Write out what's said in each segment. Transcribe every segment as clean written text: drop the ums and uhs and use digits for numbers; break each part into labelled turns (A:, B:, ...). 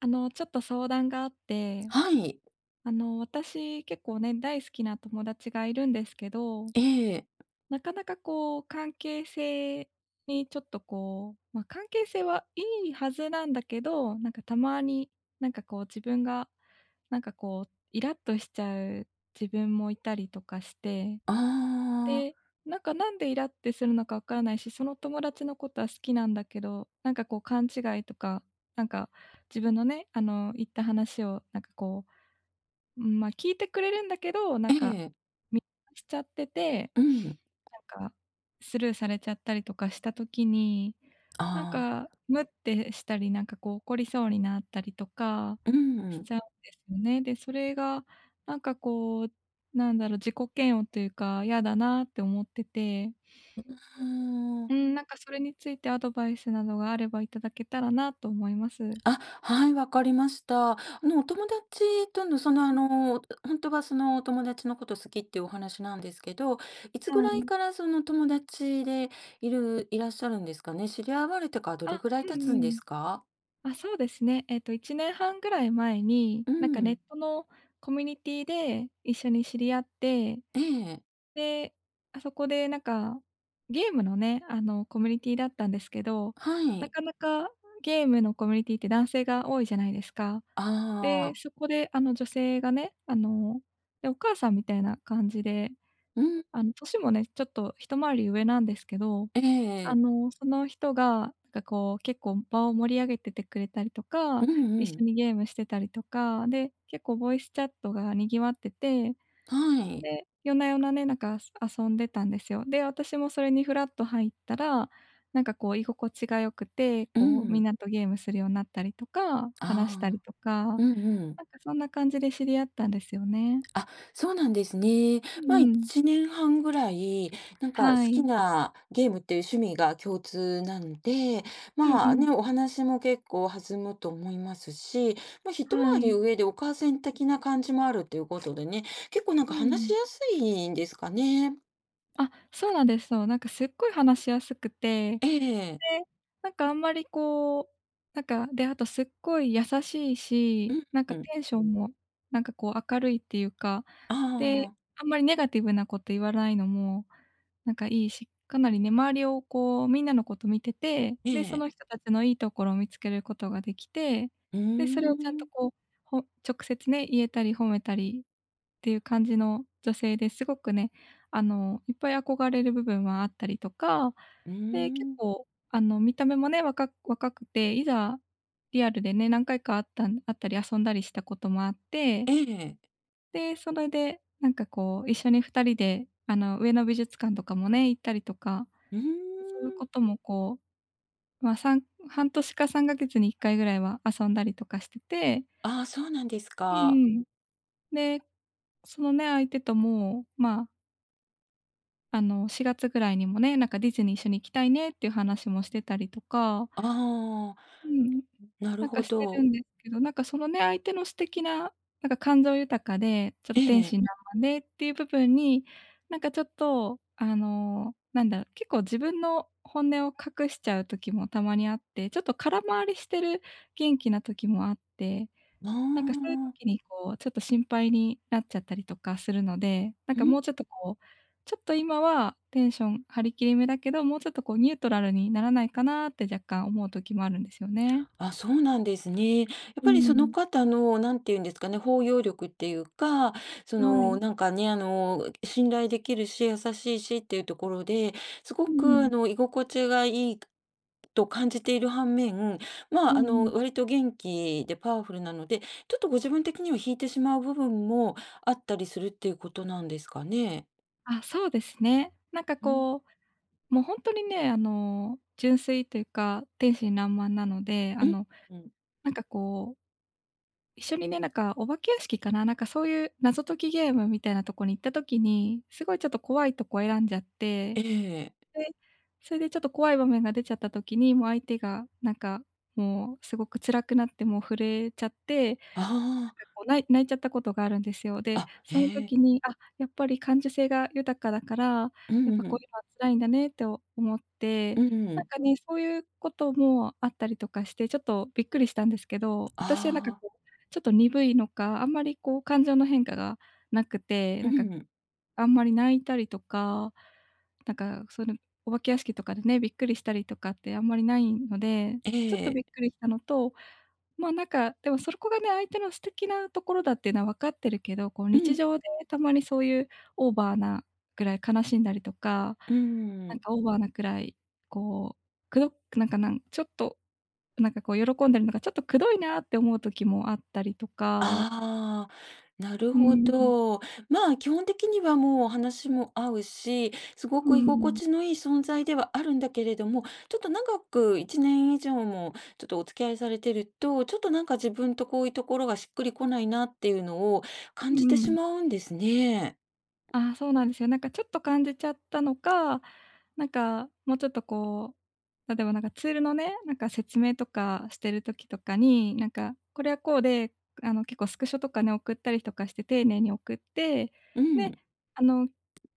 A: ちょっと相談があって、
B: はい。
A: 私結構ね、大好きな友達がいるんですけど、
B: ええ。
A: なかなかこう、関係性にちょっとこう、まあ、関係性はいいはずなんだけど、なんかたまに、なんかこう自分が、なんかこう、イラッとしちゃう自分もいたりとかして、
B: ああ。
A: で、なんかなんでイラってするのかわからないし、その友達のことは好きなんだけど、なんかこう勘違いとか、なんか自分のね、言った話をなんかこう、うん、まあ、聞いてくれるんだけど、なん
B: え
A: か、
B: え。
A: 見逃しちゃってて、
B: うん。
A: なんか、スルーされちゃったりとかした時に、なん
B: あ
A: か、ムってしたり、なんかこう怒りそうになったりとか
B: あ。うん。
A: し
B: う
A: ちゃうんですよね。で、それがなんかこう、なんだろう、自己嫌悪というか、嫌だなって思ってて、
B: ーん。
A: うん、なんかそれについてアドバイスなどがあればいただけたらなと思います。
B: あ、はい、わかりました。お友達との、ほんとは、お友達のこと好きっていうお話なんですけど、いつぐ
A: は
B: らい
A: い。
B: から、友達でいらっしゃるんですかね？知り合われてからどれ
A: あ、
B: ぐら
A: う
B: い経つん
A: んう
B: で
A: ん。
B: すか？
A: あ、そうですね。1年半ぐらい前に、
B: う
A: なんかネッ
B: ん。
A: トのコミュニティで一緒に知り合って、
B: ええ。
A: で、あそこでなんか、ゲームのね、コミュニティだったんですけど、
B: は
A: な
B: い。
A: かなかゲームのコミュニティって男性が多いじゃないですか。で、
B: ああ。
A: そこで女性がね、で、お母さんみたいな感じで、
B: うん。
A: 年もね、ちょっと一回り上なんですけど、
B: ええ。
A: その人が、なんかこう、結構場を盛り上げててくれたりと
B: う
A: か、
B: んう
A: 一緒
B: ん。
A: にゲームしてたりとか、で、結構ボイスチャットが賑わってて、
B: はい。
A: で、夜な夜なね、なんか遊んでたんですよ。で、私もそれにフラッと入ったら、なんかこう居心地が良くて、
B: う
A: こうみん
B: ん。
A: なとゲームするようになったりとか、話したり
B: ああ。
A: とか、
B: うんうん。
A: なんかそんな感じで知り合ったんですよね。
B: あ、そうなんですね。
A: う
B: まあ、
A: んうん。
B: 1年半ぐらい、なんか好
A: は
B: き
A: い。
B: なゲームっていう趣味が共通なんで、
A: うんう
B: まあ
A: ん。
B: ね、お話も結構弾むと思いますし、まあ、一
A: は
B: 回り
A: い。
B: 上でお母さん的な感じもあるっていうことでね、結構なん
A: う
B: か話し
A: ん。
B: やすいんですかね。
A: あ、そうなんですよ。なんかすっごい話しやすくて、で、
B: ええ。
A: なんかあんまりこう、なんか、で、あとすっごい優しい
B: う
A: し、
B: ん
A: なん
B: う
A: か
B: ん。
A: テンションもなんかこう明るいっていうか、
B: あ
A: で、
B: あ。
A: あんまりネガティブなこと言わないのも、なんかいいし、かなりね、周りをこうみんなのこと見てて、
B: え
A: で、そ
B: え。
A: の人たちのいいところを見つけることができて、
B: うー
A: で、それをちゃんと
B: ん。
A: こう、ほ直接ね、言えたり褒めたりていう感じの女性ですごくね、いっぱい憧れる部分はあったりとか、
B: うー
A: で、結
B: ん。
A: 構、見た目もね、若くて、いざリアルでね、何回か会ったり遊んだりしたこともあって、
B: ええ。
A: で、それでなんかこう、一緒に二人で、上野美術館とかもね、行ったりとか、
B: うー
A: 遊ぶ
B: ん。
A: こともこう、まあ、半年か3ヶ月に1回ぐらいは遊んだりとかしてて、
B: ああ、そうなんです
A: う
B: か。
A: んうん。で、そのね、相手ともまあ、4月ぐらいにもね、なんかディズニー一緒に行きたいねっていう話もしてたりとか、
B: ああ、
A: うん。
B: なる
A: なんか
B: ほ
A: してる
B: ど。
A: んですけど、なんかそのね、相手の素敵な、なんか感情豊かで、ちょっと
B: え
A: 天
B: え。
A: 真爛漫でっていう部分に、なんかちょっと、なんだろう、結構自分の本音を隠しちゃう時もたまにあって、ちょっと空回りしてる元気な時もあって、
B: あ
A: なんかそういう
B: あ。
A: 時にこう、ちょっと心配になっちゃったりとかするので、なんかも
B: ん。
A: うちょっとこう、ちょっと今はテンション張り切り目だけど、もうちょっとこうニュートラルにならないかなって若干思う時もあるんですよね。
B: あ、そうなんですね。やっ
A: う
B: ぱりその
A: ん、
B: 方の、なんていうんですかね、包容力っていうか、
A: はい。
B: 信頼できるし、優しいしっていうところで、すご
A: うんう
B: く
A: ん、
B: 居心地がいいと感じている反面、
A: うんうん。
B: 割と元気でパワフルなので、ちょっとご自分的には引いてしまう部分もあったりするっていうことなんですかね？
A: あ、そうですね。なんか
B: うん。
A: こう、もうほんとにね、純粋というか、天真爛漫なので、
B: うん。うん。
A: なんかこう一緒にね、なんかお化け屋敷かな、なんかそういう謎解きゲームみたいなとこに行った時に、すごいちょっと怖いとこ選んじゃって、
B: ええ。
A: で、それでちょっと怖い場面が出ちゃった時に、もう相手がなんか、もうすごく辛くなって、もう震えちゃって、
B: あ
A: こう、ない泣いちゃったことがあるんですよ。
B: あ。
A: で、
B: あ、へ
A: その
B: え。
A: 時に、あ、やっぱり感受性が豊かだから、
B: う
A: やっぱ
B: んう
A: こう
B: ん。
A: いうのは辛いんだねって思って、
B: う
A: なん
B: ん。
A: かね、そういうこともあったりとかして、ちょっとびっくりしたんですけど、
B: あ
A: 私はなんか
B: あ。
A: こう、ちょっと鈍いのか、あんまりこう感情の変化がなくて、
B: う
A: なんか、
B: ん。
A: あんまり泣いたりとか、なんかその、お化け屋敷とかでね、びっくりしたりとかってあんまりないので、
B: え
A: ちょっと
B: え。
A: びっくりしたのと、まあ、なんか、でもそこがね、相手の素敵なところだっていうのは分かってるけど、こう
B: う
A: 日
B: ん。
A: 常でたまにそういうオーバーなぐらい悲しんだりとか、
B: う
A: なん
B: ん。
A: かオーバーなくらい、こう、くどなんか、なんちょっと、なんかこう喜んでるのがちょっとくどいなって思う時もあったりとか、
B: ああ、なる
A: う
B: ほ
A: ん、
B: ど。まあ、基本的にはもう話も合うし、すご
A: う
B: く
A: ん
B: 居
A: う
B: 心
A: ん、
B: 地のいい存在ではあるんだけれども、ちょっと長く1年以上もちょっとお付き合いされてると、ちょっとなんか自分とこういうところがしっくりこないなっていうのを
A: う
B: 感じて
A: んう
B: し
A: ん。
B: まうんですね。
A: ああ、そうなんですよ。なんかちょっと感じちゃったのか、なんかもうちょっとこう、例えばなんかツールのね、なんか説明とかしてる時とかに、なんかこれはこうで、結構スクショとかね、送ったりとかして丁寧に送って、
B: う
A: で、
B: ん。
A: あの、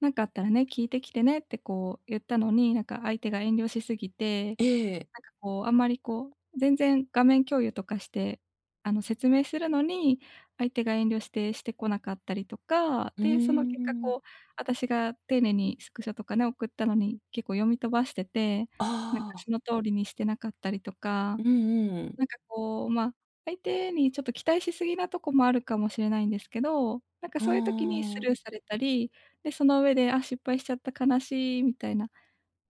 A: なんかあったらね、聞いてきてねってこう言ったのに、なんか相手が遠慮しすぎて、
B: ええ。
A: なんかこう、あんまりこう、全然画面共有とかして、説明するのに、相手が遠慮してしてこなかったりとか、
B: うー
A: で、その結果
B: ん。
A: こう、私が丁寧にスクショとかね、送ったのに結構読み飛ばしてて、
B: あ
A: なんか
B: あ。
A: その通りにしてなかったりとか、
B: うんうん。
A: なんかこう、ま、相手にちょっと期待しすぎなとこもあるかもしれないんですけど、なんか
B: あ
A: そういう時にス
B: あ。
A: ルーされたり、で、その上で、あ、失敗しちゃった悲しいみたいな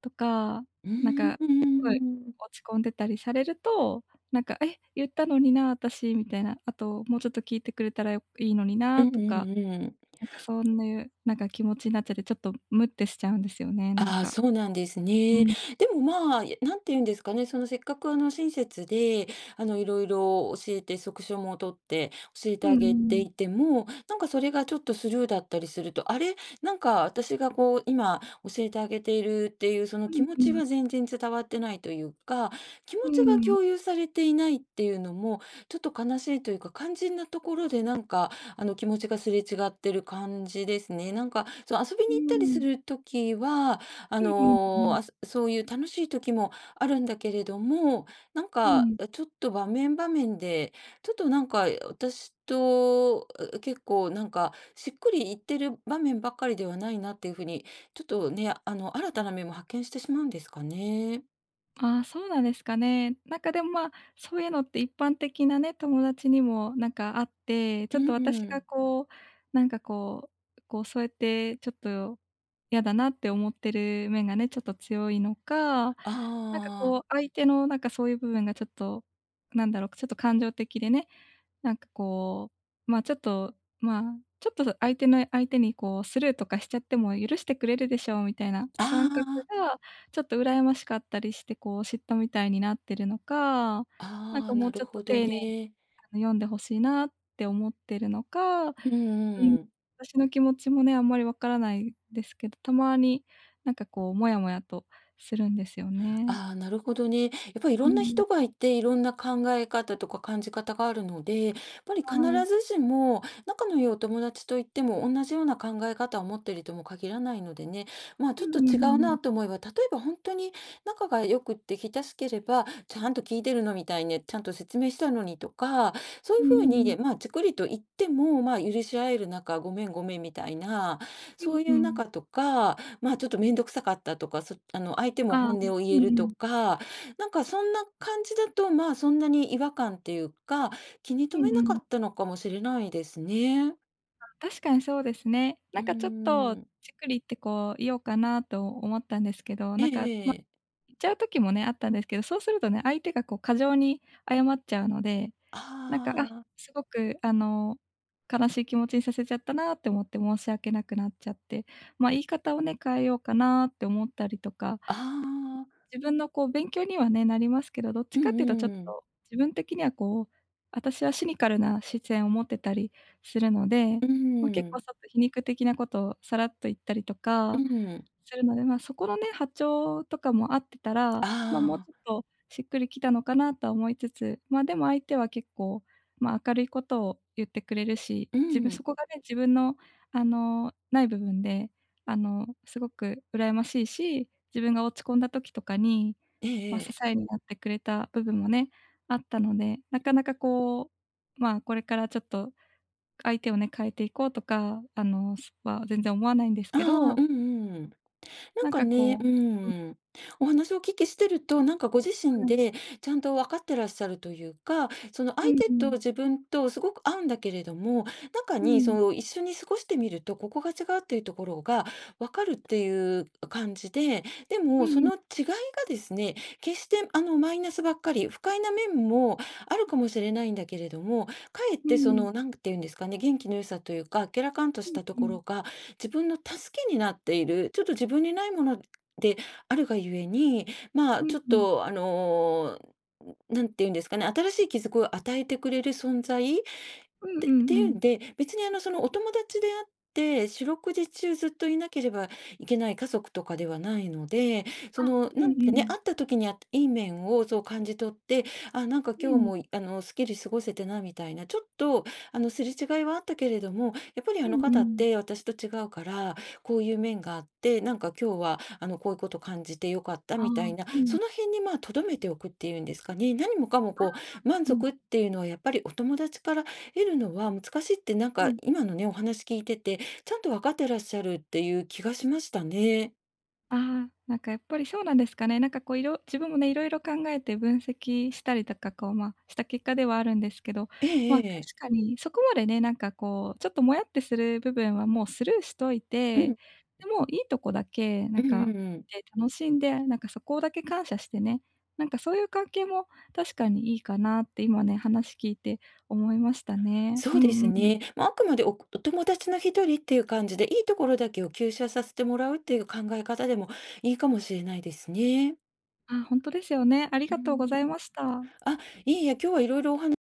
A: とか、
B: う
A: なん
B: ー
A: か、すごい
B: ん。
A: 落ち込んでたりされると、なんか「え、言ったのにな、私」みたいな、あと「もうちょっと聞いてくれたらいいのに
B: う
A: な」
B: んう
A: とか、
B: んうん。
A: なんかそういう、なんか気持ちになっちゃって、ちょっとムッてしちゃうんですよね、なん
B: ああ、
A: か。
B: そうなんです
A: う
B: ね。
A: ん。
B: でも、まあ、なんて言うんですかね、せっかく、親切で、色々教えて、即書も取って教えて
A: う
B: あ
A: んう
B: げて
A: ん。
B: いても、なんか、それがちょっとスルーだったりすると、あれ、なんか、私が、こう、今教えてあげているっていう、その
A: う
B: 気
A: ん
B: 持
A: う
B: ち
A: ん。
B: は全然伝わってないというか、気持
A: う
B: ちが
A: ん。
B: 共有されていないっていうのも、ちょっと悲しいというか、肝心なところで、気持ちがすれ違ってる感じですね。遊び
A: うー
B: に行ったりす
A: ん。
B: る時は
A: うんうんうんうん。
B: そういう楽しい時もあるんだけれども、
A: うん。
B: ちょっと場面場面で、ちょっとなんか私と、結構なんかしっくりいってる場面ばっかりではないなっていう風に、ちょっとね、あの、新たな面も発見してしまうんですかね。
A: ああ、そうなんですかね。なんかでも、まあ、そういうのって一般的なね、友達にもなんかあって、ち
B: う
A: ょっと
B: ん
A: 私
B: う
A: が
B: ん。
A: こう、なんかここうそうやってちょっと嫌だなって思ってる面がね、ちょっと強いのか、
B: あ
A: なんかこ
B: あ。
A: う相手のなんかそういう部分がちょっと、なんだろう、ちょっと感情的でね、なんかこう、まあ、ちょっと、まあ、ちょっと相手にこうスルーとかしちゃっても許してくれるでしょうみたいな
B: あ
A: 感覚
B: あ。
A: が、ちょっと羨ましかったりして、こう嫉妬みたいになってるのか、なん
B: あ
A: か
B: あ、
A: も
B: な
A: う
B: る
A: ちょっと
B: ほ
A: 丁
B: ど
A: 寧に、
B: ね。
A: 読んでほしいなって思ってるのか、う
B: う
A: ん、
B: んうん。
A: 私の気持ちもね、あんまりわからないですけど、たまになんかこうモヤモヤとするんですよね。
B: ああ、なるほどね。やっぱりい
A: う
B: ろんな
A: ん、
B: 人がいて、いろんな考え方とか感じ方があるので、やっぱり必
A: はい。
B: ずしも仲の良いお友達といっても、同じような考え方を持っているとも限らないのでね、まあ、
A: う
B: ちょっと
A: んうん
B: 違う
A: うん。
B: なと思えば、例えば本当に仲が良くって親しければ、ちゃんと聞いてるのみたいに、ちゃんと説明したのにとか、そうい
A: う
B: う
A: ん
B: ふう
A: うんうん。
B: に、まあ、じっくりと言っても、まあ、許し合える仲、ごめんごめんみたいな、
A: う
B: そ
A: ん
B: ういう
A: うん。
B: 仲とかまあ、ちょっと面倒くさかったとか、そあの、相手も
A: ああ、う
B: 本
A: ん
B: 音を言
A: う
B: えると
A: ん。
B: か、なんかそんな感じだと、まあ、そんなに違和感っていうか、気に
A: う
B: 留め
A: んう
B: なかっ
A: ん。
B: たのかもしれないですね。
A: 確かにそうですね。な
B: う
A: ん
B: ー
A: かちょっと
B: ん。
A: チクリってこう言おうかなと思ったんですけど、
B: え
A: なんか、ま、
B: えええ。
A: 言っちゃう時もね、あったんですけど、そうするとね、相手がこう過剰に謝っちゃうので、なんか、あ、
B: ああ。
A: すごく悲しい気持ちにさせちゃったなって思って申し訳なくなっちゃって、ま、言い方をね、変えようかなって思ったりとか
B: ああ。
A: 自分のこう勉強にはね、なりますけど、どっち
B: うん
A: かっていうとちょっ
B: うん。
A: と、自分的にはこう、私はシニカルな視線を持ってたりするので、
B: う
A: ま、結構ち
B: ん。
A: ょっと皮肉的なことをさらっと言ったりと
B: う
A: か
B: ん。
A: するので、ま、そこのね、波長とかも合ってたら、ま、もう
B: ああ。
A: ちょっとしっくりきたのかなとは思いつつ、ま、でも相手は結構、ま、明るいことを言ってくれるし、
B: う
A: 自分そ
B: ん。
A: こがね、自分のない部分で、すごく羨ましいし、自分が落ち込んだ時とかに、
B: ええ
A: まあ、
B: え
A: 支
B: え。
A: えになってくれた部分もね、あったので、なかなかこう、まあ、これからちょっと相手をね、変えていこうとか、全然思わないんです
B: あ
A: け
B: あ。う
A: ど、
B: んうん。なん
A: なん
B: か
A: か
B: ね、
A: こう
B: うん。お話をお聞きしてると、なんかご自
A: う
B: 身
A: ん、はい。
B: でちゃんと分かってらっしゃるというか、その相
A: うん
B: 手
A: う
B: と
A: ん。
B: 自分とすごく合うんだけれども、中
A: う
B: に
A: ん。
B: その一緒に過ごしてみると、ここが違うっていうところが分かるっていう感じで、で
A: う
B: もそ
A: んう
B: の
A: ん。
B: 違いがですね、決してあのマイナスばっかり、不快な面もあるかもしれないんだけれども、かえっ
A: うんう
B: てそ
A: ん。
B: の、なんていうんですかね、元気の良さというか、あラけらかんと
A: う
B: し
A: ん
B: たと
A: う
B: こ
A: ん。
B: ろが自分の助けになっている、ちょっと自分にないものであるがゆえに、まあ、
A: う
B: ちょっと、あの、なんていうんですかね、新しい気づきを与えてくれる存在
A: ん
B: て
A: う
B: っ
A: ん
B: て
A: う
B: いう
A: ん。
B: んで、別にそのお友達であって、四六時中ずっといなければいけない家族とかではないので、
A: あ、うんうん。
B: 会った時にいい面をそう感じ取って、あ、なんか
A: う
B: 今日
A: ん。
B: も、すっきり過ごせてなみたいな、ちょっと、あの、すれ違いはあったけれども、やっぱり
A: う
B: あ
A: ん
B: の
A: う
B: 方っ
A: ん。
B: て私と違うから、こういう面があって、なんか今日は、こういうこと感じてよかった
A: ああ、
B: みたいな、
A: うん。
B: その辺にまあ、留めておくっていうんですかね、何もかも
A: あ、
B: こう、満
A: うん。
B: 足っていうのはやっぱりお友達から得るのは難しいって、なん
A: う
B: か
A: ん。
B: 今のね、お話聞いてて、ちゃんと分かってらっしゃるっていう気がしましたね。
A: ああ、なんかやっぱりそうなんですかね。なんかこういろ自分もね、いろいろ考えて分析したりとか、こう、まあ、した結果ではあるんですけど、
B: ええ
A: ま、確
B: ええ。
A: かにそこまでね、なんかこう、ちょっともやってする部分はもうスルーしとい
B: う
A: て、
B: ん。
A: でもいいとこだけな
B: う
A: ん
B: んう
A: か
B: んうん。
A: で楽しんで、なんかそこだけ感謝してね、なんかそういう関係も確かにいいかなって今ね、話聞いて思いましたね。
B: そ
A: う
B: うで
A: んう
B: す
A: ん。
B: ね。まあ、あくまでお友達の一人っていう感じで、いいところだけを吸収させてもらうっていう考え方でもいいかもしれないですね。
A: あ本当ですよね。あり
B: う
A: がとうござ
B: ん。
A: いました。
B: あ、いいや今日はいろいろお話